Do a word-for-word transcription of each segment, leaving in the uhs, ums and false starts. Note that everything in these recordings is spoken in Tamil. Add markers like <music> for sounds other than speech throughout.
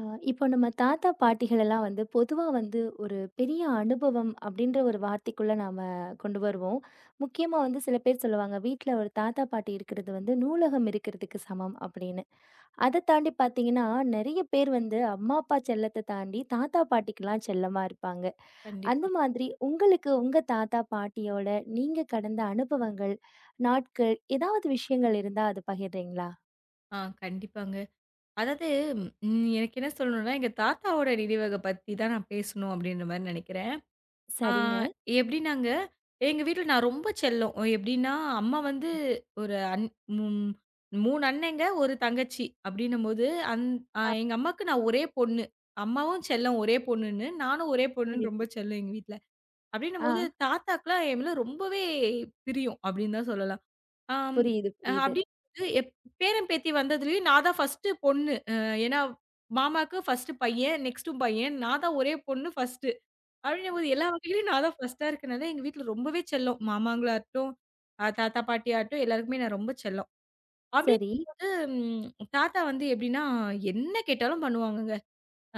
ஆ, இப்போ நம்ம தாத்தா பாட்டிகள் எல்லாம் வந்து பொதுவா வந்து ஒரு பெரிய அனுபவம் அப்படின்ற ஒரு வார்த்தைக்குள்ள நாம கொண்டு வருவோம். முக்கியமா வந்து சில பேர் சொல்லுவாங்க வீட்ல ஒரு தாத்தா பாட்டி இருக்கிறது வந்து நூலகம் இருக்கிறதுக்கு சமம் அப்படின்னு. அதை தாண்டி பார்த்தீங்கன்னா நிறைய பேர் வந்து அம்மா அப்பா செல்லத்தை தாண்டி தாத்தா பாட்டிக்கெல்லாம் செல்லமா இருப்பாங்க. அந்த கண்டிப்பா. மாதிரி உங்களுக்கு உங்க தாத்தா பாட்டியோட நீங்க கடந்த அனுபவங்கள், நாட்கள் ஏதாவது விஷயங்கள் இருந்தா அதை பகிர்றீங்களா? ஆ கண்டிப்பாங்க. அதாவது, ம் எனக்கு என்ன சொல்லணும்னா, எங்க தாத்தாவோட நினைவக பத்தி தான் நான் பேசணும் அப்டின்ற மாரி நெனைக்கிறேன். ஆ சரிங்க. எப்டின்னாங்க, எங்க வீட்ல நான் ரொம்ப செல்லம். எப்டின்னா, அம்மா வந்து ஒரு அண் ம் மூணு அண்ணங்க, ஒரு தங்கச்சி அப்டின்னும்போது, அந் அ எங்க அம்மாக்கு நான் ஒரே பொண்ணு. அம்மாவும் செல்லம் ஒரே பொண்ணுன்னு, நானும் ஒரே சரி. பொண்ணுன்னு ரொம்ப சரி. செல்லம் எங்க வீட்ல. ஆ அப்டின்னும்போது, தாத்தாக்குலாம் என் மேல ரொம்பவே பிரியம் அப்டின்னு தான் சொல்லலாம். ஆம். புரியுது, அ புரியுது. அப்படிங்கும்போது எப் பேரன், பேத்தி வந்ததுலயும் நான் தான் ஃபர்ஸ்ட்டு பொண்ணு. அ ஏன்னா மாமாக்கு ஃபர்ஸ்ட்டு பையன், நெக்ஸ்ட்டு பையன். நான் தான் ஒரே பொண்ணு ஃபர்ஸ்ட்டு. அப்படிங்கும்போது எல்லா வகையிலயும் நான் தான் ஃபர்ஸ்ட்டா இருக்கனால, எங்க வீட்ல ரொம்பவே செல்லம். மாமாங்களாகட்டும், அ தாத்தா, பாட்டியாகட்டும் எல்லாருக்குமே நான் ரொம்ப செல்லம். சரி. அப்படிங்கும்போது ம் தாத்தா வந்து எப்படின்னா, என்ன கேட்டாலும் பண்ணுவாங்கங்க.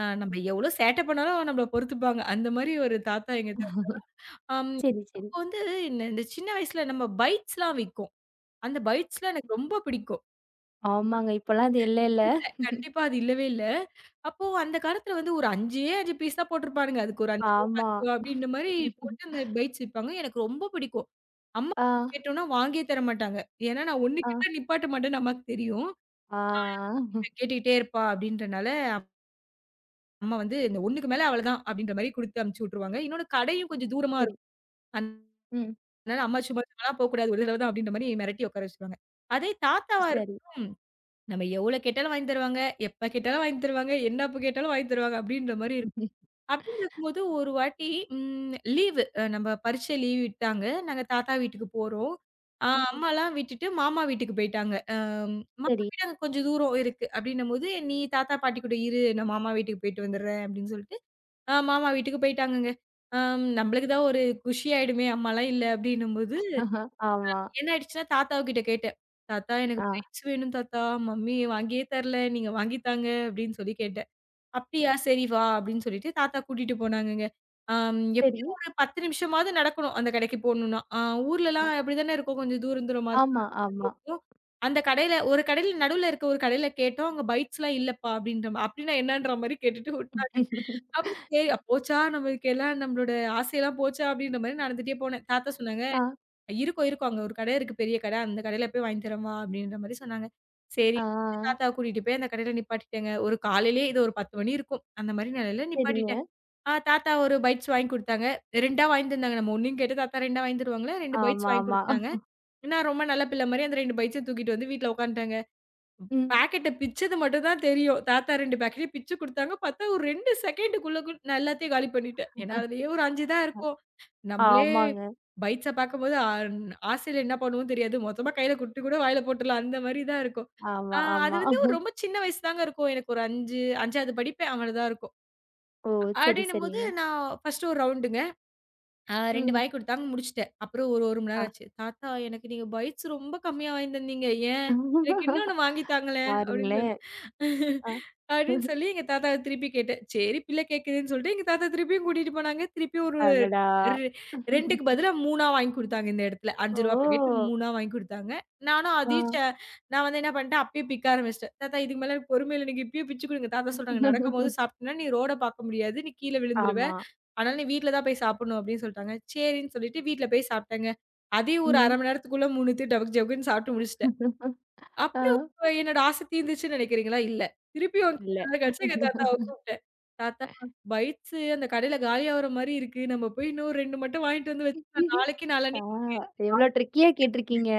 அ நம்ம எவ்வளோ சேட்டை பண்ணாலும் நம்மள பொறுத்துப்பாங்க. அந்த மாரி ஒரு தாத்தா எங்க தா அம் சரி, சரி. அப்போ வந்து இந்த இந்த சின்ன வயசுல நம்ம பைட்ஸ்லாம் விக்கும். அந்த பைட்ஸ்லாம் எனக்கு ரொம்ப பிடிக்கும். ஆமாங்க. இப்பலாம் அது இல்லேல்ல. இல்ல. கண்டிப்பா அது இல்லவே இல்ல. அப்போ அந்த காலத்துல வந்து ஒரு 5ஏ ஐந்து பீஸ் தான் போட்டிருப்பானுங்க. அதுக்கு ஒரு ரூ. ஐந்து ரூ. ஆமா. பத்து அப்படின்ற மாரி போட்டு அந்த பைட்ஸ் விப்பாங்க. எனக்கு ரொம்ப பிடிக்கும். அம்மா ஆ, கேட்டோம்னா வாங்கியே தர மாட்டாங்க. ஏன்னா நான் ஒன்று ஆ, கேட்டா நிப்பாட்ட மாட்டேன்னு அம்மாக்கு தெரியும். ஆ, இவ கேட்டுக்கிட்டே இருப்பா அப்படின்றனால, அம்மா வந்து இந்த 1க்கு மேல அவ்வளதான் அப்படின்ற மாரி குடுத்து அனுப்பிச்சு விட்டுருவாங்க. இன்னொன்னு கடையும் கொஞ்சம் தூரமா சரி. இருக்கும். ம். அதனால அம்மா சும்மா சும்மாலாம் போக்கூடாது. ஒரு தடவ தான் அப்படின்ற மாரி மிரட்டி உட்கார வச்சுருவாங்க. அதே தாத்தாவா சரி. இருக்கும். நம்ம எவ்வளோ கேட்டாலும் வாங்கி தருவாங்க. எப்ப கேட்டாலும் வாங்கி தருவாங்க. என்ன அப்ப கேட்டாலும் வாங்கி தருவாங்க அப்படின்ற மாரி இருக்கும். ம். அப்படின்னு இருக்கும்போது ஒரு வாட்டி ம் லீவு அ நம்ம பரீட்சை லீவ் விட்டாங்க. நாங்க தாத்தா வீட்டுக்கு போறோம். அ அம்மாலாம் விட்டுட்டு மாமா வீட்டுக்கு போயிட்டாங்க. அ மாமா சரி. வீடு அங்க கொஞ்சம் தூரம் இருக்கு. அப்படின்னும்போது, "நீ தாத்தா, பாட்டி கூட இரு. நான் மாமா வீட்டுக்கு போயிட்டு வந்துடுறேன்" அப்படின்னு சொல்லிட்டு, அ மாமா வீட்டுக்கு போயிட்டாங்கங்க. அம் நம்மளுக்கு தான் ஒரு குஷி ஆயிடுமே, அம்மாலாம் இல்ல அப்படின்னும்போது, ஆஹா. ஆமா. என்ன ஆயிடுச்சுன்னா தாத்தாவு கிட்ட கேட்டேன். "தாத்தா எனக்கு ஆ. பைக்ஸ் வேணும் தாத்தா. மம்மி வாங்கியே தரல. நீங்க வாங்கி தாங்க" அப்படின்னு சொல்லி கேட்டேன். அப்டியா! சரி வா அப்டின்னு சொல்லிட்டு தாத்தா கூட்டிட்டு போனாங்கங்க. ஆம் சரி. எப்டியும் ஒரு பத்து நிமிஷமாவது நடக்கணும் அந்த கடைக்கு போணும்னா. ஆ ஊர்லலாம் ம். அப்டிதானே இருக்கும். கொஞ்சம் தூரம் தூரமா தான் ஆமா, ஆமா. இருக்கும். அந்த கடையில ஒரு கடையில நடுவுல இருக்க ஒரு கடையில கேட்டோம். அங்க பைட்ஸ்லாம் இல்லப்பா அப்டின்ற மா அப்டின்னா என்னான்ற மாரி கேட்டுட்டு விட்டாங்க. அப்டி சரி போச்சா, நம்மளுக்கு எல்லாம் நம்மளோட ஆசையெல்லாம் போச்சா அப்டின்ற மாரி நடந்துட்டே போனேன். தாத்தா சொன்னாங்க ஆ, இருக்கும், இருக்கும். அங்க ஒரு கடை இருக்கு பெரிய கடை. அந்த கடையில போய் வாங்கி தரேன்ம்மா அப்படின்ற மாரி சொன்னாங்க. சரி, ஆ. தாத்தாவ கூட்டிட்டு போய் அந்த கடையில நிப்பாட்டிட்டேங்க. ஒரு காலையிலேயே இது ஒரு பத்து மணி இருக்கும். அந்த மாரி நிலையில சரிங்க. நிப்பாட்டிட்டேன். ஆ தாத்தா ஒரு பைட்ஸ் வாங்கி குடுத்தாங்க. ரெண்டு வாங்கி தந்தாங்க. நம்ம 1ன்னு கேட்டா தாத்தா ரெண்டு வாங்கி தருவாங்களா, ரெண்டு பைட்ஸ் ஆமா, வாங்கி ஆமா. குடுத்துட்டாங்க. நான் ரொம்ப நல்ல பிள்ளை மாரி அந்த ரெண்டு பைட்ஸயும் தூக்கிட்டு வந்து வீட்ல உட்காந்துட்டேங்க. ம். பாக்கெட்ட பிச்சது மட்டும் தான் தெரியும். தாத்தா ரெண்டு பாக்கெட்டையும் பிச்சு குடுத்தாங்க. பார்த்தா ஒரு ரெண்டு செகண்டுக்குள்ள கூ நான் எல்லாத்தையும் காலி பண்ணிட்டேன். ஏன்னா, அதுலயே ஒரு ஐந்து தான் இருக்கும். நம்பளே ஆமாங்க. பைட்ஸ பார்க்கும்போது அன் ஆசையில என்ன பண்ணுவோம்னு தெரியாது. மொத்தமா கையில குடுத்து கூட வாயில போட்டுறலாம். அந்த மாரி தான் இருக்கும். ஆ ஆமா, அது ஆமா. வந்து ஒரு ரொம்ப சின்ன வயசு தாங்க இருக்கும். எனக்கு ஒரு ஐந்து 5வது படிப்பேன். அவ்வளதான் இருக்கும். ஓ! சரி, அப்டின்னும்போது சரிங்க. நான் ஃபர்ஸ்ட்டு ஒரு ரவுண்டுங்க. அ ரெண்டு ம். வாய் குடுத்தாங்க முடிச்சுட்டேன். அப்புறம் ஒரு 1 மணி ஆ. நேரம் ஆச்சு. "தாத்தா எனக்கு நீங்க பைட்ஸ் ரொம்ப கம்மியா வாங்கி தந்தீங்க. ஏன்? எனக்கு இன்னொன்னு வாங்கி தாங்களேன்" அப்டின்னு பாருங்களேன். சொன்னேன். அ. அப்படின்னு சொல்லி எங்க தாத்தாவ திருப்பி கேட்டேன். சரி பிள்ளை கேட்குதுன்னு சொல்லிட்டு எங்க தாத்தா திருப்பியும் கூட்டிட்டு போனாங்க. திருப்பி ஒரு அடடா! ரெ 2க்கு பதிலா 3ஆ வாங்கி குடுத்தாங்க இந்த இடத்துல. ரூ. ஓ! ஐந்து பாக்கெட் 3ஆ வாங்கி குடுத்தாங்க. நானும் ஆ. அதையும் ச நான் வந்து என்ன பண்ணிட்டேன், அப்பயே பிக்க ஆரம்பிச்சுட்டேன். தாத்தா இதுக்கு மேல எனக்கு பொறுமை இல்ல. நீங்க இப்பயே பிச்சு குடுங்க. தாத்தா சொல்றாங்க, "நடக்கும்போது சாப்பிட்டேன்னா நீ ரோட பார்க்க முடியாது. நீ கீழ விழுந்துருவ. ஆமா. அதனால நீ வீட்ல தான் போய் சாப்பிடணும்." அப்படின்னு சொல்லிட்டாங்க. சரின்னு சொல்லிட்டு வீட்ல போய் சாப்பிட்டேங்க. அதையும் ஒரு அரை மணி நேரத்துக்குள்ள மூணு டபக் ஜபக்குன்னு சாப்பிட்டு முடிச்சுட்டேன். ம். ஆ. அப்புறம் என்னோட ஆசை தீர்ந்துச்சுன்னு நெனைக்கிறீங்களா? இல்ல. திருப்பியும் இல்ல. கொஞ்ச நேரம் கழிச்சு எங்க தாத்தாவ கூப்ட்டேன். தாத்தா, பைட்ஸு அந்த கடையில காலியாவுற மாரி இருக்கு. நம்ம போய் இன்னும் ரெண்டு மட்டும் வாங்கிட்டு வந்து வச்சுக்கலாம். <laughs> நாளைக்கு ஆ நாளான்னைக்கு எவ்ளோ ட்ரிக்கியா கேட்டிருக்கீங்க.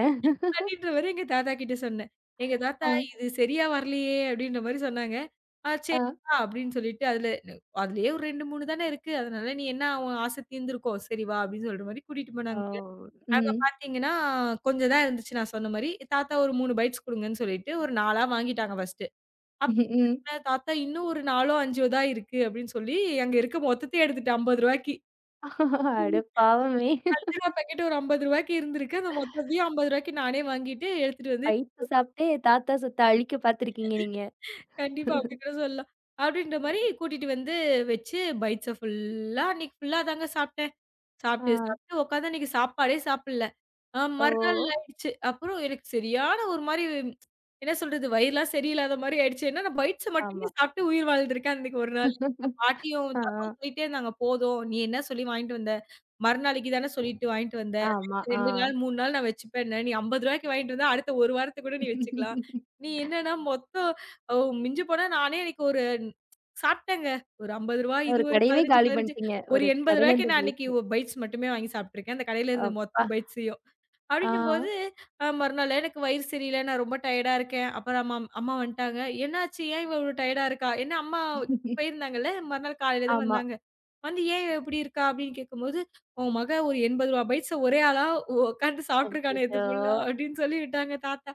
அப்டின்ற மாரி எங்க தாத்தா கிட்ட சொன்னேன். எங்க ஆ, தாத்தா இது சரியா வரலையே அப்டின்ற மாரி சொன்னாங்க. ஆ ஆ. சரிப்பா அப்டின்னு சொல்லிட்டு அதுல அதுலயே ஒரு ரெண்டு, மூணு தானே இருக்கு. அதனால நீ என்ன உன் ஆசை தீர்ந்திருக்கும். சரி வா அப்டின்னு சொல்ற மாரி கூட்டிட்டு ஓ! போனாங்க. அங்க ம். பாத்தீங்கன்னா, கொஞ்சம் தான் இருந்துச்சு நான் சொன்ன மாரி. தாத்தா ஒரு மூணு பைட்ஸ் குடுங்கன்னு சொல்லிட்டு ஒரு 4ஆ வாங்கிட்டாங்க ஃபர்ஸ்ட்டு. ம். அ தாத்தா இன்னும் ஒரு 4ஓ, 5ஓ தான் இருக்கு அப்படின்னு சொல்லி அங்க இருக்க மொத்தத்தையும் எடுத்துட்டு, <laughs> ரூ. அட பாவமே! 50 ஐந்து பாக்கெட் ஒரு ரூ. ஐம்பது இருந்திருக்கு. அந்த மொத்தத்தையும் ரூ. ஐம்பது நானே வாங்கிட்டு எடுத்துட்டு வந்து, வயித்த சாப்பிட்டே தாத்தா சொத்த அழிக்க பார்த்துருக்கீங்க நீங்க. கண்டிப்பா அப்படி கூட சொல்லலாம். அப்படின்ற மாரி கூட்டிட்டு வந்து வச்சு பைட்ஸ ஃபுல்லா அன்னைக்கு ஃபுல்லா தாங்க சாப்ட்டேன். ஆ. சாப்பிட்டு, சாப்பிட்டு உட்காந்தா அன்னைக்கு சாப்பாடே சாப்பிடல. அ ஓ! மறுநாள் ஆயிடுச்சு. அப்புறம் எனக்கு சரியான ஒரு மாரி என்ன சொல்றது? வயிறுலாம் சரியில்லாத மாரி ஆயிடுச்சு. ஏன்னா நான் பைட்ஸ மட்டுமே ஆமா. சாப்பிட்டு உயிர் வாழ்ந்திருக்கேன் அன்னைக்கு ஒரு நாள். எங்க <laughs> பாட்டியும், ஆ. தாத்தாவும் சொல்லிட்டே இருந்தாங்க, "போதும். நீ என்ன சொல்லி வாங்கிட்டு வந்த? மறுநாளைக்கு தானே சொல்லிட்டு வாங்கிட்டு வந்த. ஆமா. அடுத்த ஆ. ரெண்டு நாள், மூணு நாள் நான் வச்சுப்பேன்ன. நீ ரூ. ஐம்பது வாங்கிட்டு வந்தா, அடுத்த ஒரு வாரத்துக்கு கூட நீ வச்சுக்கலாம். <laughs> நீ என்னன்னா மொத்தம் ஓ மிஞ்சி போனா நானே அன்னைக்கு ஒரு சாப்பிட்டேங்க. ஒரு ரூ. 50 இது ஒரு ஒரு கடையவே 15, காலி 15 பண்ணிட்டீங்க. ஒரு ஒரு ரூ. 80க்கு கடையிலருந்து நான் அன்னைக்கு போயிட்டு. ஒ பைட்ஸ் மட்டுமே வாங்கி சாப்பிட்டுருக்கேன். அந்த கடையில இருந்த அப்பா! மொத்த பைட்ஸையும். ஆ. அப்படின்னும்போது அ மறுநாள் எனக்கு வயிறு சரியில்ல. நான் ரொம்ப டயர்டா இருக்கேன். அப்புறம் அம்மா அம்மா வந்துட்டாங்க. "என்னாச்சு? ஏன் இவ இவ்வளோ டயர்டா இருக்கா?" ஏன்னா அம்மா போயிருந்தாங்கல்ல. மறுநாள் காலையில தான் ஆமா. வந்தாங்க. வந்து "ஏன் இவ இப்படி இருக்கா?" அப்படின்னு கேட்கும்போது, "உன் மக ஒரு ரூ. எண்பது பைட்ஸ ஒரே ஆளா உட்காந்து சாப்பிட்டுருக்கா நேத்து அச்சச்சோ! ஃபுல்லா" அப்படின்னு சொல்லி விட்டாங்க தாத்தா.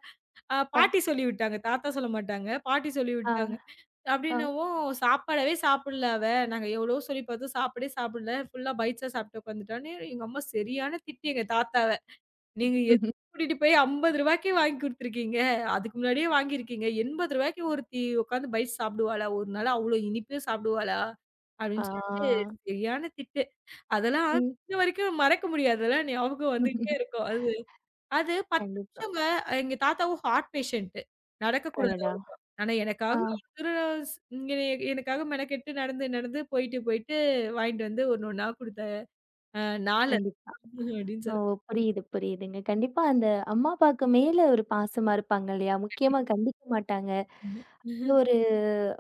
அ அ, பாட்டி சொல்லி விட்டாங்க. தாத்தா சொல்ல மாட்டாங்க. பாட்டி சொல்லி விட்டாங்க. ஆ, ஆ. அப்டின்னவும் சாப்பாடவே சாப்பிடல அவ. நாங்க எவ்வளவோ சொல்லி பார்த்தோம். சாப்பாடே சாப்பிடல. ஃபுல்லா பைட்ஸா சாப்பிட்டு உட்காந்துட்டான்னு, எங்க அம்மா சரியான திட்டு எங்க தாத்தாவ. நீங்க எதுக்கு கூட்டிட்டு போய் ரூ. 50க்கே வாங்கி குடுத்துருக்கீங்க. அதுக்கு முன்னாடியே வாங்கியிருக்கீங்க. ரூ. 80க்கு ஒருத்தி உட்காந்து பைட்ஸ் சாப்பிடுவாளா? ஒரு நாள் அவ்ளோ இனிப்பே சாப்பிடுவாளா? அப்டின்னு சொல்லிட்டு ஆ. சரியான திட்டு. அதெல்லாம் ம். இன்ன வரைக்கும் மறக்க முடியாது. அதெல்லாம் ஞாபகம் வந்துகிட்டே <laughs> இருக்கும். அது அது பத்து கண்டிப்பா. நிமிஷங்க எங்க தாத்தாவும் ஹார்ட் பேஷண்ட்டு. நடக்கக்கூடாது. அடடா! ஆனா ஆ. எனக்காக அவசர ஸ் இங்க எனக்காக மெனக்கெட்டு நடந்து, நடந்து போயிட்டு, போயிட்டு வாங்கிட்டு வந்து ஒண்ணு ஒண்ணா குடுத்தாரு. அ நாலு கண்டிப்பா. <laughs> அப்டின்னு ஓ! சொல்ல. புரியுது, புரியுதுங்க. கண்டிப்பா அந்த அம்மா, அப்பாவுக்கு மேல ஒரு பாசமா இருப்பாங்க இல்லையா? முக்கியமா கண்டிக்க மாட்டாங்க. ஆமா. அது ஒரு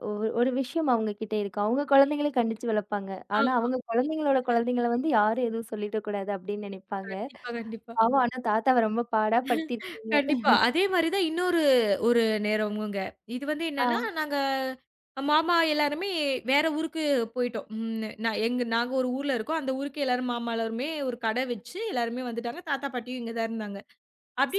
ஒரு ஒரு விஷயம் அவங்க கிட்ட இருக்கு. அவங்க குழந்தைங்கள கண்டிச்சு வளர்ப்பாங்க. ஆனா, ஆமா. அவங்க குழந்தைங்களோட குழந்தைங்கள வந்து யாரும் எதுவும் சொல்லிடக்கூடாது அப்படின்னு நினைப்பாங்க. கண்டிப்பா, கண்டிப்பா. பாவம் ஆனா தாத்தாவ ரொம்ப பாடா படுத்தியிருக்கீங்க. கண்டிப்பா. அதே மாரி தான் இன்னொரு ஒரு நேரமுங்க. இது வந்து என்னன்னா, ஆ, நாங்க மாமா எல்லாருமே வேற ஊருக்கு போயிட்டோம். ம் நான் எங்க நாங்க ஒரு ஊர்ல இருக்கோம். அந்த ஊருக்கு எல்லாரும் மாமா எல்லாருமே ஒரு கடை வச்சு எல்லாருமே வந்துட்டாங்க. தாத்தா, பாட்டியும் இங்க தான் இருந்தாங்க.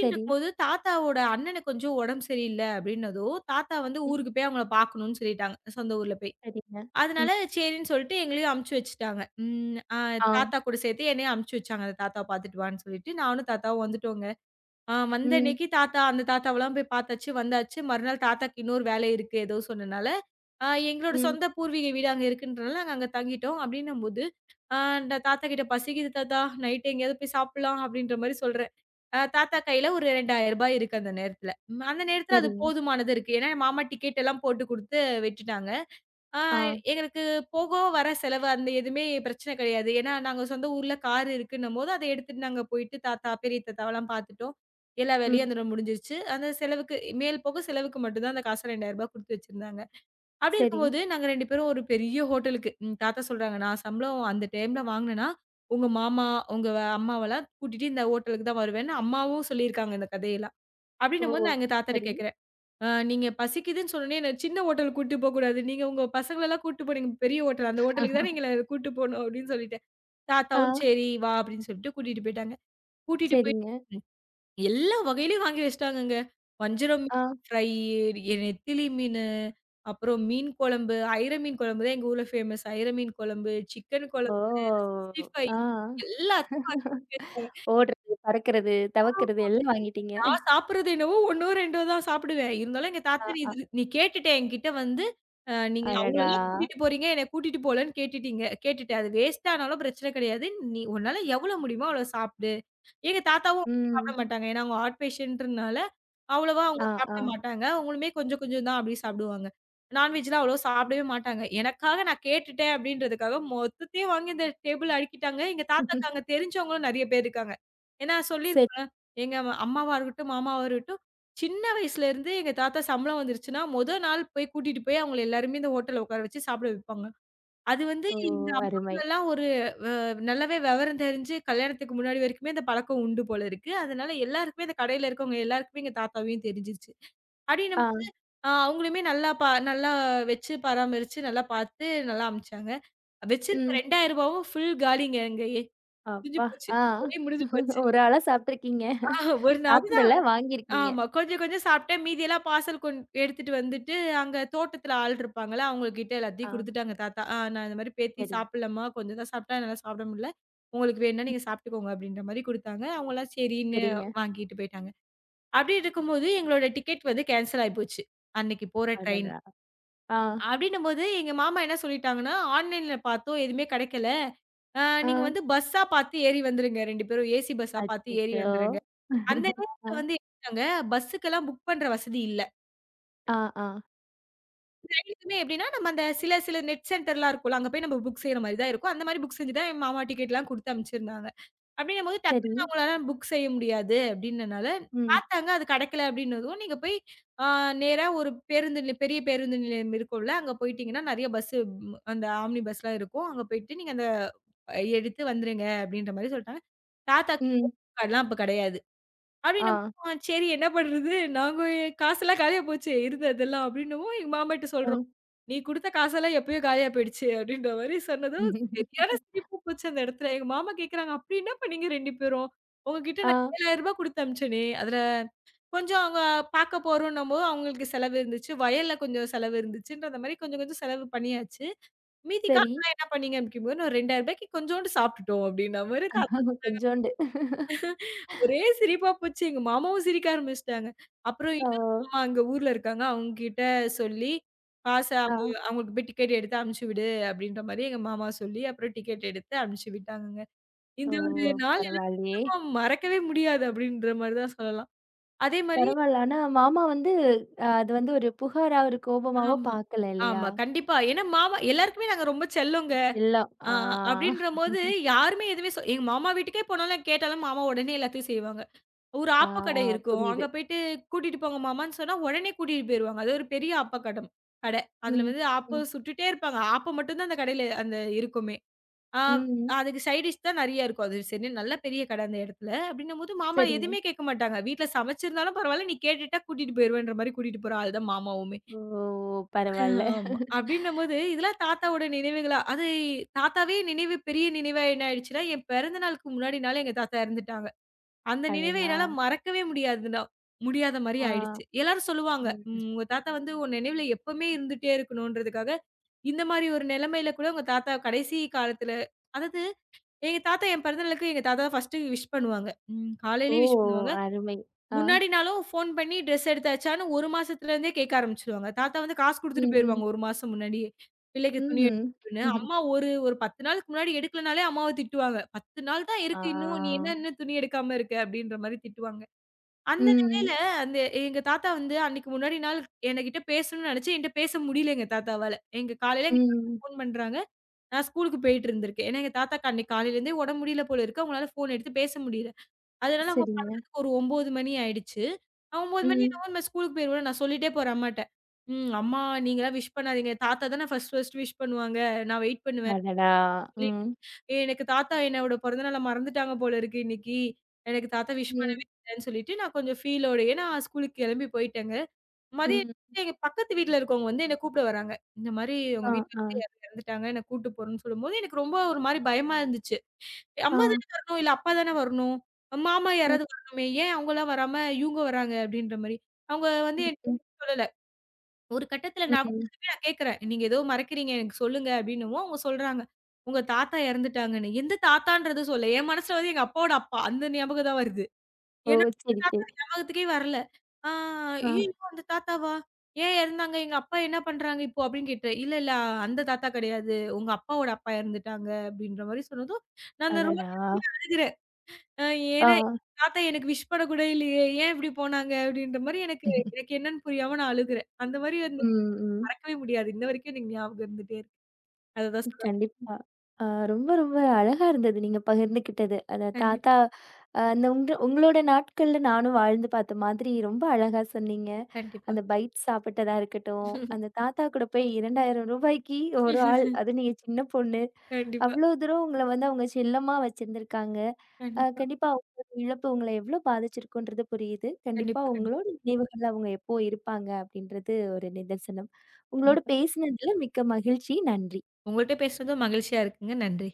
சரி. தாத்தாவோட அண்ணனுக்கு கொஞ்சம் உடம்பு சரியில்ல அப்டின்னதும், தாத்தா வந்து ம், ஊருக்கு போய் அவங்கள பார்க்கணும்னு சொல்லிட்டாங்க. சொந்த ஊர்ல போய். சரிங்க. அதனால ம், சரின்னு சொல்லிட்டு எங்களையும் அனுப்பிச்சு வச்சுட்டாங்க. ம். அ ஆ, தாத்தா கூட சேர்த்து என்னையும் அனுப்பிச்சு வச்சாங்க. அந்த தாத்தாவ பார்த்துட்டு வான்னு சொல்லிட்டு, நானும் தாத்தாவும் வந்துட்டோங்க. அ வந்த ம், அன்னைக்கு தாத்தா அந்த தாத்தாவெல்லாம் போய் பார்த்தாச்சு, வந்தாச்சு. மறுநாள் தாத்தாக்கு இன்னொரு வேலை இருக்கு ஏதோ சொன்னனால, அ எங்களோட ம், சொந்த பூர்வீக வீடு அங்க இருக்குன்றனால நாங்க அங்க தங்கிட்டோம். அப்டின்னும்போது, அ நான் தாத்தா கிட்ட "பசிக்குது தாத்தா, நைட் எங்கேயாவது போய் சாப்பிடலாம்" அப்டின்ற மாரி சொல்றேன். அ தாத்தா கையில ஒரு ரூ. இரண்டாயிரம் இருக்கு அந்த நேரத்துல. ம் அந்த நேரத்துல அது சரிங்க. போதுமானது இருக்கு. ஏன்னா, மாமா டிக்கெட் எல்லாம் போட்டு குடுத்து விட்டுட்டாங்க. ஆ ஆ, எங்களுக்கு போக, வர செலவு அந்த எதுவுமே பிரச்சனை கிடையாது. ஏன்னா, நாங்க சொந்த ஊர்ல கார் இருக்குன்னும்போது, அத எடுத்துட்டு நாங்க போயிட்டு தாத்தா, பெரிய தாத்தாவெல்லாம் பார்த்துட்டோம். எல்லா வேலையும் ம், அதோட முடிஞ்சிருச்சு. அந்த செலவுக்கு மேல் போக செலவுக்கு மட்டும் தான் அந்த காச ரூ. ரெண்டாயிரம் குடுத்து வச்சிருந்தாங்க. அப்படி சரி. இருக்கும்போது, நாங்க ரெண்டு பேரும் ஒரு பெரிய ஹோட்டலுக்கு. ம் தாத்தா சொல்றாங்க, "நான் சம்பளம் அந்த டைம்ல வாங்கினேன்னா, உங்க மாமா, உங்க வ- அம்மாவெல்லாம் கூட்டிட்டு இந்த ஹோட்டலுக்கு தான் வருவேன்னு" அம்மாவும் சொல்லியிருக்காங்க இந்த கதையெல்லாம். ஓ! அப்படின்னும்போது நான் எங்க தாத்தாட்ட சரி. கேட்கிறேன், "அ நீங்க பசிக்குதுன்னு சொன்னோனே என்ன சின்ன ஹோட்டலுக்கு கூட்டிட்டு போக்கூடாது. நீங்க உங்க பசங்களெல்லாம் கூட்டிட்டு போனீங்க பெரிய ஹோட்டல். அந்த ஹோட்டலுக்கு தானே எங்கள கூட்டிட்டு போணும்" அப்படின்னு சொல்லிட்டேன். ஆ, தாத்தாவும் "சரி வா" அப்படின்னு சொல்லிட்டு கூட்டிட்டு போயிட்டாங்க. கூட்டிட்டு போய் சரிங்க. எல்லா வகையிலயும் வாங்கி வச்சுட்டாங்கங்க. வஞ்சரம் மீன் ஆ, ஃப்ரை, எ நெத்திலி மீனு, அப்புறம் மீன் குழம்பு, அயிர மீன் குழம்பு தான் எங்க ஊர்ல ஃபேமஸ். அயிர மீன் குழம்பு, சிக்கன் ஓ! குழம்பு, அறுபத்தஞ்சு ஆ. எல்லாத்தையும் வாங்கி வச்சு. <laughs> ஓடுறது, பறக்கிறது, தவக்கிறது எல்லாம் வாங்கிட்டீங்க. நான் சாப்பிடுறது என்னவோ 1ஓ 2ஓ தான் சாப்பிடுவேன். இருந்தாலும் எங்க ஆ, தாத்தா, "நீ ஆ. இது நீ கேட்டுட்ட என்கிட்ட வந்து, அ நீங்க அடடா! அவங்களலாம் கூட்டிட்டு போறீங்க, என்ன கூட்டிட்டு போலன்னு கேட்டுட்டீங்க கேட்டுட்ட. அது வேஸ்ட் ஆனாலும் பிரச்சனை கிடையாது. நீ உன்னால எவ்வளோ முடியுமோ அவ்வளோ சாப்பிடு." எங்க தாத்தாவும் ம். சாப்பிட மாட்டாங்க. ஏன்னா அவங்க ஹார்ட் பேஷண்ட்ன்றனால, அவ்வளவா அவங்க ஆ, ஆ. சாப்பிட மாட்டாங்க. அவங்களுமே கொஞ்சம் கொஞ்சம் தான் அப்டி சாப்பிடுவாங்க. நான்வெஜ்லாம் அவ்வளவா சாப்பிடவே மாட்டாங்க. எனக்காக நான் கேட்டுட்டேன் அப்டின்றதுக்காக மொத்தத்தையும் வாங்கி இந்த டேபிள்ல அடுக்கிட்டாங்க. எங்க தாத்தாக்கு அங்க தெரிஞ்சவங்களும் நெறைய பேர் இருக்காங்க. ஏன்னா சரி. சொல்லியிருப்பாங்க. எங்க அம்மா- அம்மாவா இருக்கட்டும், மாமாவா இருக்கட்டும், சின்ன வயசுல இருந்து எங்க தாத்தா சம்பளம் வந்துருச்சுன்னா, மொத நாள் போய் கூட்டிட்டு போய் அவங்கள எல்லாருமே இந்த ஹோட்டல்ல உட்கார வச்சு சாப்பிட வைப்பாங்க. அது வந்து ஓ! எங்க அருமை. அம்மாவுக்கெல்லாம் ஒரு வ நல்லாவே விவரம் தெரிஞ்சு கல்யாணத்துக்கு முன்னாடி வரைக்குமே இந்த பழக்கம் உண்டு போல இருக்கு. அதனால எல்லாருக்குமே இந்த கடையில இருக்கவங்க எல்லாருக்குமே எங்க தாத்தாவையும் தெரிஞ்சிருச்சு. அப்டின்னு ஆ. அ அவங்களுமே நல்லா பா நல்லா வச்சு பராமரிச்சு, நல்லா பார்த்து நல்லா அனுப்பிச்சாங்க. வச்சிருந்த ரூ. ம். 2000வும் ஃபுல் காலிங்க அங்கயே. முடிஞ்சு அப்பா! போச்சு. ஆ. ஒரே முடிஞ்சு போச்சு. ஒரு ஆளா சாப்ட்டுருக்கீங்க. ஆ ஒரு நாள். சாப்பிடல, வாங்கியிருக்கீங்க. ஆமா. கொஞ்சம் கொஞ்சம் சாப்பிட்டேன். மீதியெல்லாம் பார்சல் கொண் எடுத்துட்டு வந்துட்டு, அங்க தோட்டத்துல ஆள் இருப்பாங்கல்ல, அவங்ககிட்ட ஆ. எல்லாத்தையும் குடுத்துட்டாங்க தாத்தா. "ஆ நான் இந்த மாரி பேத்தி சரிங்க, சாப்பிடலம்மா. கொஞ்சம் தான் சாப்பிட்டா என்னால சாப்பிட முடியல. உங்களுக்கு வேணும்னா நீங்க சாப்பிட்டுக்கோங்க" அப்படின்ற மாரி குடுத்தாங்க. அவங்கலாம் சரின்னு சரிங்க. வாங்கிட்டு போயிட்டாங்க. அப்படி இருக்கும்போது எங்களோட டிக்கெட் வந்து கேன்சல் ஆயி போச்சு. அன்னைக்கு போற ட்ரெயின். அடடா! ஆ, அப்படின்னும்போது எங்க மாமா என்ன சொல்லிட்டாங்கன்னா, "ஆன்லைன்ல பார்த்தோம் எதுவுமே கெடைக்கல. ஆ ஆ. நீங்க வந்து பஸ்ஸா பார்த்து ஏறி வந்துருங்க. ரெண்டு பேரும் ஏசி பஸ்ஸா பார்த்து ஏறி அச்சச்சோ! வந்துருங்க." அந்த ஆ, நேரத்துல வந்து என்னாங்க, பஸ்ஸுக்கெல்லாம் புக் பண்ற வசதி இல்ல. ஆ, ஆ. ரயிலுக்குமே எப்படின்னா, நம்ம அந்த சில சில நெட் சென்டர்லாம் இருக்கும்ல, அங்க போய் நம்ம புக் செய்ற மாரி தான் இருக்கும். அந்த மாரி புக் செஞ்சு தான் என் மாமா டிக்கெட்லாம் குடுத்து அனுப்பிச்சிருந்தாங்க. அப்படின்னும்போது சரி. டக்குனு அவங்களால புக் செய்ய முடியாது அப்படின்னனால, ம், பாத்தாங்க அது கெடைக்கல அப்படின்னதும், நீங்க போய் அ நேரா ஒரு பேருந்து நிலைய பெரிய பேருந்து நிலையம் இருக்கும்ல, அங்க போயிட்டீங்கன்னா நெறைய பஸ்ஸு ம் அந்த ஆம்னி பஸ்லாம் இருக்கும். அங்க போயிட்டு நீங்க அந்த அஹ் எடுத்து வந்துருங்க அப்படின்ற மாரி சொல்ட்டாங்க. தாத்தாக்கு ம். ஏடிஎம் கார்ட்லாம் அப்ப கெடையாது. அப்படின்னப்போ, ஆ, சரி என்ன பண்றது? நாங்க காசெல்லாம் காலியா போச்சு இருந்ததெல்லாம் அப்படின்னவும், எங்க மாமாட்ட ஆ. சொல்றோம். "நீ குடுத்த காசெல்லாம் எப்பயோ காலியா போயிடுச்சு" அப்படின்ற மாரி சொன்னதும், சரியான சிரிப்பு போச்சு அந்த இடத்துல. எங்க மாமா கேட்கறாங்க, "அப்படி என்ன பண்ணீங்க ரெண்டு பேரும்? உங்ககிட்ட ஆ. நான் ரூ. ஏழாயிரம் குடுத்து அனுப்பிச்சேனே, அதுல கொஞ்சம் அவங்க பார்க்க போறோம்ன்னும்போது அவங்களுக்கு செலவு இருந்துச்சு. வயல்ல கொஞ்சம் செலவு இருந்துச்சுன்ற மாரி கொஞ்சம் கொஞ்சம் செலவு பண்ணியாச்சு. மீதி சரி. காசெல்லாம் என்ன பண்ணீங்க?" அப்படிங்கும்போது, "நான் ரூ. 2,000க்கு கொஞ்சோண்டு சாப்பிட்டுட்டோம்" அப்படின்ன மாரி கொஞ்சோண்டு. ஒரே சிரிப்பா போச்சு. எங்க மாமாவும் சிரிக்க ஆரம்பிச்சுட்டாங்க. அப்புறம் ஓ! இன்னொரு மாமா அங்க ஊர்ல இருக்காங்க. அவங்ககிட்ட சொல்லி, காச ஆ. அவங்க அவங்களுக்கு போய் டிக்கெட் எடுத்து அனுப்பிச்சு விடு அப்படின்ற மாரி எங்க மாமா சொல்லி, அப்புறம் டிக்கெட் எடுத்து அனுப்பிச்சு விட்டாங்கங்க. ஓ! இந்த ஒரு நாள் பரவாயில்லையே! எல்லாம் மறக்கவே முடியாது அப்படின்ற மாரி தான் சொல்லலாம். அதே மாரி பரவால்ல. ஆனா மாமா வந்து அ அது வந்து ஒரு புகாரா, ஒரு கோபமாவோ ஆமா. பார்க்கல இல்லையா? ஆமா. கண்டிப்பா. ஏன்னா மாமா எல்லாருக்குமே நாங்க ரொம்ப செல்லோங்க. எல்லாம் ஆ ஆ அப்படின்றபோது யாருமே எதுவுமே சொ எங்க மாமா வீட்டுக்கே போனாலும் கேட்டாலும் மாமா உடனே எல்லாத்தையும் செய்வாங்க. ஒரு ஆ ஆ ஆப்பக்கடை இருக்கும். அங்க புரியுது. போயிட்டு கூட்டிட்டு போங்க மாமான்னு சொன்னா, உடனே கூட்டிட்டு போயிருவாங்க. அது ஒரு பெரிய ஆப்பக்கடம் கடை. அதுல ம். வந்து ம். ஆப்பம் சுட்டுட்டே இருப்பாங்க. ஆப்பம் மட்டும் தான் அந்த கடையில அந்த இருக்குமே. ஆ ம். அதுக்கு சைட் டிஷ் தான் நெறைய இருக்கும். அது சரி நல்ல பெரிய கடை அந்த இடத்துல. அப்டின்னும்போது மாமா சரிங்க. எதுவுமே கேட்க மாட்டாங்க. வீட்ல சமைச்சிருந்தாலும் பரவால்ல, நீ கேட்டுட்டா கூட்டிட்டு போயிருவேன்ற மாரி கூட்டிட்டு போற ஆள் தான் மாமாவுமே. ஓ! பரவால்ல. ஆமா. அப்டின்னும்போது இதெல்லாம் தாத்தாவோட நினைவுகளா அது தாத்தாவே நினைவு பெரிய நினைவா என்ன ஆயிடுச்சுன்னா, என் பிறந்த நாளுக்கு முன்னாடி நாள் எங்க தாத்தா இறந்துட்டாங்க. அந்த நினைவை அடடா! என்னால மறக்கவே முடியாதுனா முடியாத மாரி ஆ. ஆயிடுச்சு. எல்லாரும் சொல்லுவாங்க, ம். "ம் உங்க தாத்தா வந்து உன் நினைவுல எப்பவுமே இருந்துட்டே இருக்கணும்ன்றதுக்காக, இந்த மாரி ஒரு நிலைமையில கூட உங்க தாத்தா கடைசி காலத்துல" அதாவது எங்க தாத்தா என் பிறந்தநாளுக்கு எங்க தாத்தா ஃபர்ஸ்ட்டு விஷ் பண்ணுவாங்க. ம் ஓ! காலையிலேயே விஷ் பண்ணுவாங்க. அருமை. ஆ. முன்னாடி நாளும் ஃபோன் பண்ணி ட்ரெஸ் எடுத்தாச்சான்னு ஒரு மாசத்துலேருந்தே கேட்க ஆரம்பிச்சுருவாங்க. தாத்தா வந்து காசு குடுத்துட்டு ம். ம். போயிருவாங்க ஒரு மாசம் முன்னாடியே. பிள்ளைக்கு துணி ம். எடுக்கணும்னு. அம்மா ஒரு ஒரு பத்து நாளுக்கு முன்னாடி எடுக்கலனாலே அம்மாவ திட்டுவாங்க. "பத்து நாள் தான் இருக்கு இன்னும். நீ ஆ. என்ன இன்னும் துணி எடுக்காம இருக்க?" அப்படின்ற மாரி திட்டுவாங்க. அந்த ம். வேளையில அந்த எங்க தாத்தா வந்து அன்னைக்கு முன்னாடி நாள் எனகிட்ட பேசணும்னு நெனச்சு, என்ட்ட பேச முடியல எங்க தாத்தாவால. எங்க காலையில எங்க தாத்தா ம். ஃபோன் பண்றாங்க. நான் ஸ்கூலுக்கு போயிட்டு இருந்திருக்கேன். ஏன்னா எங்க தாத்தாக்கு அன்னைக்கு காலையிலேருந்தே உடம்பு முடியல போல இருக்கு. அவங்களால ஃபோன் எடுத்து பேச முடியல. அதனால அவங்க சரிங்க. பண்றதுக்கு ஒரு ஒன்பது மணி ஆயிடுச்சு. நான் ஒன்பது மணி ம். என்னவோ நான் ஸ்கூலுக்கு போயிருவேன். நான் சொல்லிட்டே போறேன் அம்மாட்ட. ம் அம்மா நீங்கலாம் விஷ் பண்ணாதீங்க. தாத்தா தானே ஃபர்ஸ்ட் ஃபர்ஸ்ட் விஷ் பண்ணுவாங்க. நான் வெயிட் பண்ணுவேன். அடடா! சொல்லி ம். ஏ எனக்கு தாத்தா என்னோட பிறந்த நாள மறந்துட்டாங்க போல இருக்கு இன்னைக்கு. எனக்கு தாத்தா விஷ் ம். பண்ணவே இல்லன்னு சொல்லிட்டு நான் கொஞ்சம் ஃபீலோடயே நான் ஸ்கூலுக்கு கிளம்பி போயிட்டேங்க. மதியம் ம். எங்க பக்கத்து வீட்ல இருக்கவங்க வந்து என்ன கூப்பிட வராங்க. இந்த மாரி உங்க ஆ, வீட்ல ஆ, வந்து யாரோ இறந்துட்டாங்க. என்ன கூட்டு போறேன்னு சொல்லும்போது எனக்கு ரொம்ப ஒரு மாரி பயமா இருந்துச்சு. ஆ. அம்மா தானே வரணும், இல்ல அப்பா தானே வரணும். மாமா ம். யாராவது வரணுமே, ஏன் அவங்கலாம் வராம இவங்க வராங்க அப்படின்ற மாரி. அவங்க வந்து ம். என்ட்ட ம். எதுவும் சொல்லல. ஒரு கட்டத்தில நான் ம். அவங்ககிட்டயே நான் கேட்கிறேன். "நீங்க ஏதோ மறைக்கிறீங்க, எனக்கு சொல்லுங்க" அப்படின்னவும் அவங்க சொல்றாங்க. "உங்க தாத்தா இறந்துட்டாங்கன்னு." எந்த தாத்தான்றது சொல்லல. என் மனசுல வந்து எங்க அப்பாவோட அப்பா, அந்த ஞாபகம் தான் வருது. ஓ! ஏன்னா எங்க சரி, சரி. தாத்தா ஞாபகத்துக்கே வரல. ஆ ஆ. "ஐயய்யோ! அந்த தாத்தாவா? ஏன் இறந்தாங்க? எங்க அப்பா என்ன பண்றாங்க இப்போ?" அப்படின்னு கேட்டேன். "இல்ல, இல்ல அந்த தாத்தா கிடையாது. உங்க அப்பாவோட அப்பா இறந்துட்டாங்க" அப்படின்ற மாரி சொன்னதும், நான் அந்த அடடா! ரோட்ல நின்னு அழுகுறேன். அ ஆ. ஏன்னா, தாத்தா எனக்கு விஷ் பண்ண கூட இல்லையே. ஏன் இப்படி போனாங்க? அப்படின்ற மாரி எனக்கு <laughs> எனக்கு என்னன்னு புரியாம நான் அழுகுறேன். அந்த மாரி வந்து ம், ம். மறக்கவே முடியாது. இன்ன வரைக்கும் எனக்கு ஞாபகம் இருந்துட்டே இருக்கு. அததான் ம். சொல்ல கண்டிப்பா. ஆ ரொம்ப ரொம்ப அழகா இருந்தது நீங்க பகிர்ந்துக்கிட்டது. அத தாத்தா கண்டிப்பா, அ அந்த உங்க உங்களோட நாட்கள்ல நானும் வாழ்ந்து பார்த்த மாதிரி ரொம்ப அழகா சொன்னீங்க. கண்டிப்பா. அந்த பைட் சாப்பிட்டதா கண்டிப்பா, இருக்கட்டும், <laughs> அந்த தாத்தா கூட போய் ரூ. இரண்டாயிரத்துக்கு ஒரு ஆள், அதுவும் நீங்க சின்ன பொண்ணு. கண்டிப்பா, அவ்ளோ தூரம் உங்கள வந்து அவங்க செல்லமா வச்சிருந்திருக்காங்க. அ கண்டிப்பா, கண்டிப்பா அவங்களோட இழப்பு உங்கள எவ்ளோ பாதிச்சிருக்குன்றது புரியுது. கண்டிப்பா கண்டிப்பா, உங்களோட நினைவுகள்ல அவங்க எப்போ இருப்பாங்க அப்படின்றது ஒரு நிதர்சனம். உங்களோட கண்டிப்பா. பேசினதுல மிக்க மகிழ்ச்சி. நன்றி. உங்கள்ட்ட பேசுனதும் மகிழ்ச்சியா இருக்குங்க. நன்றி.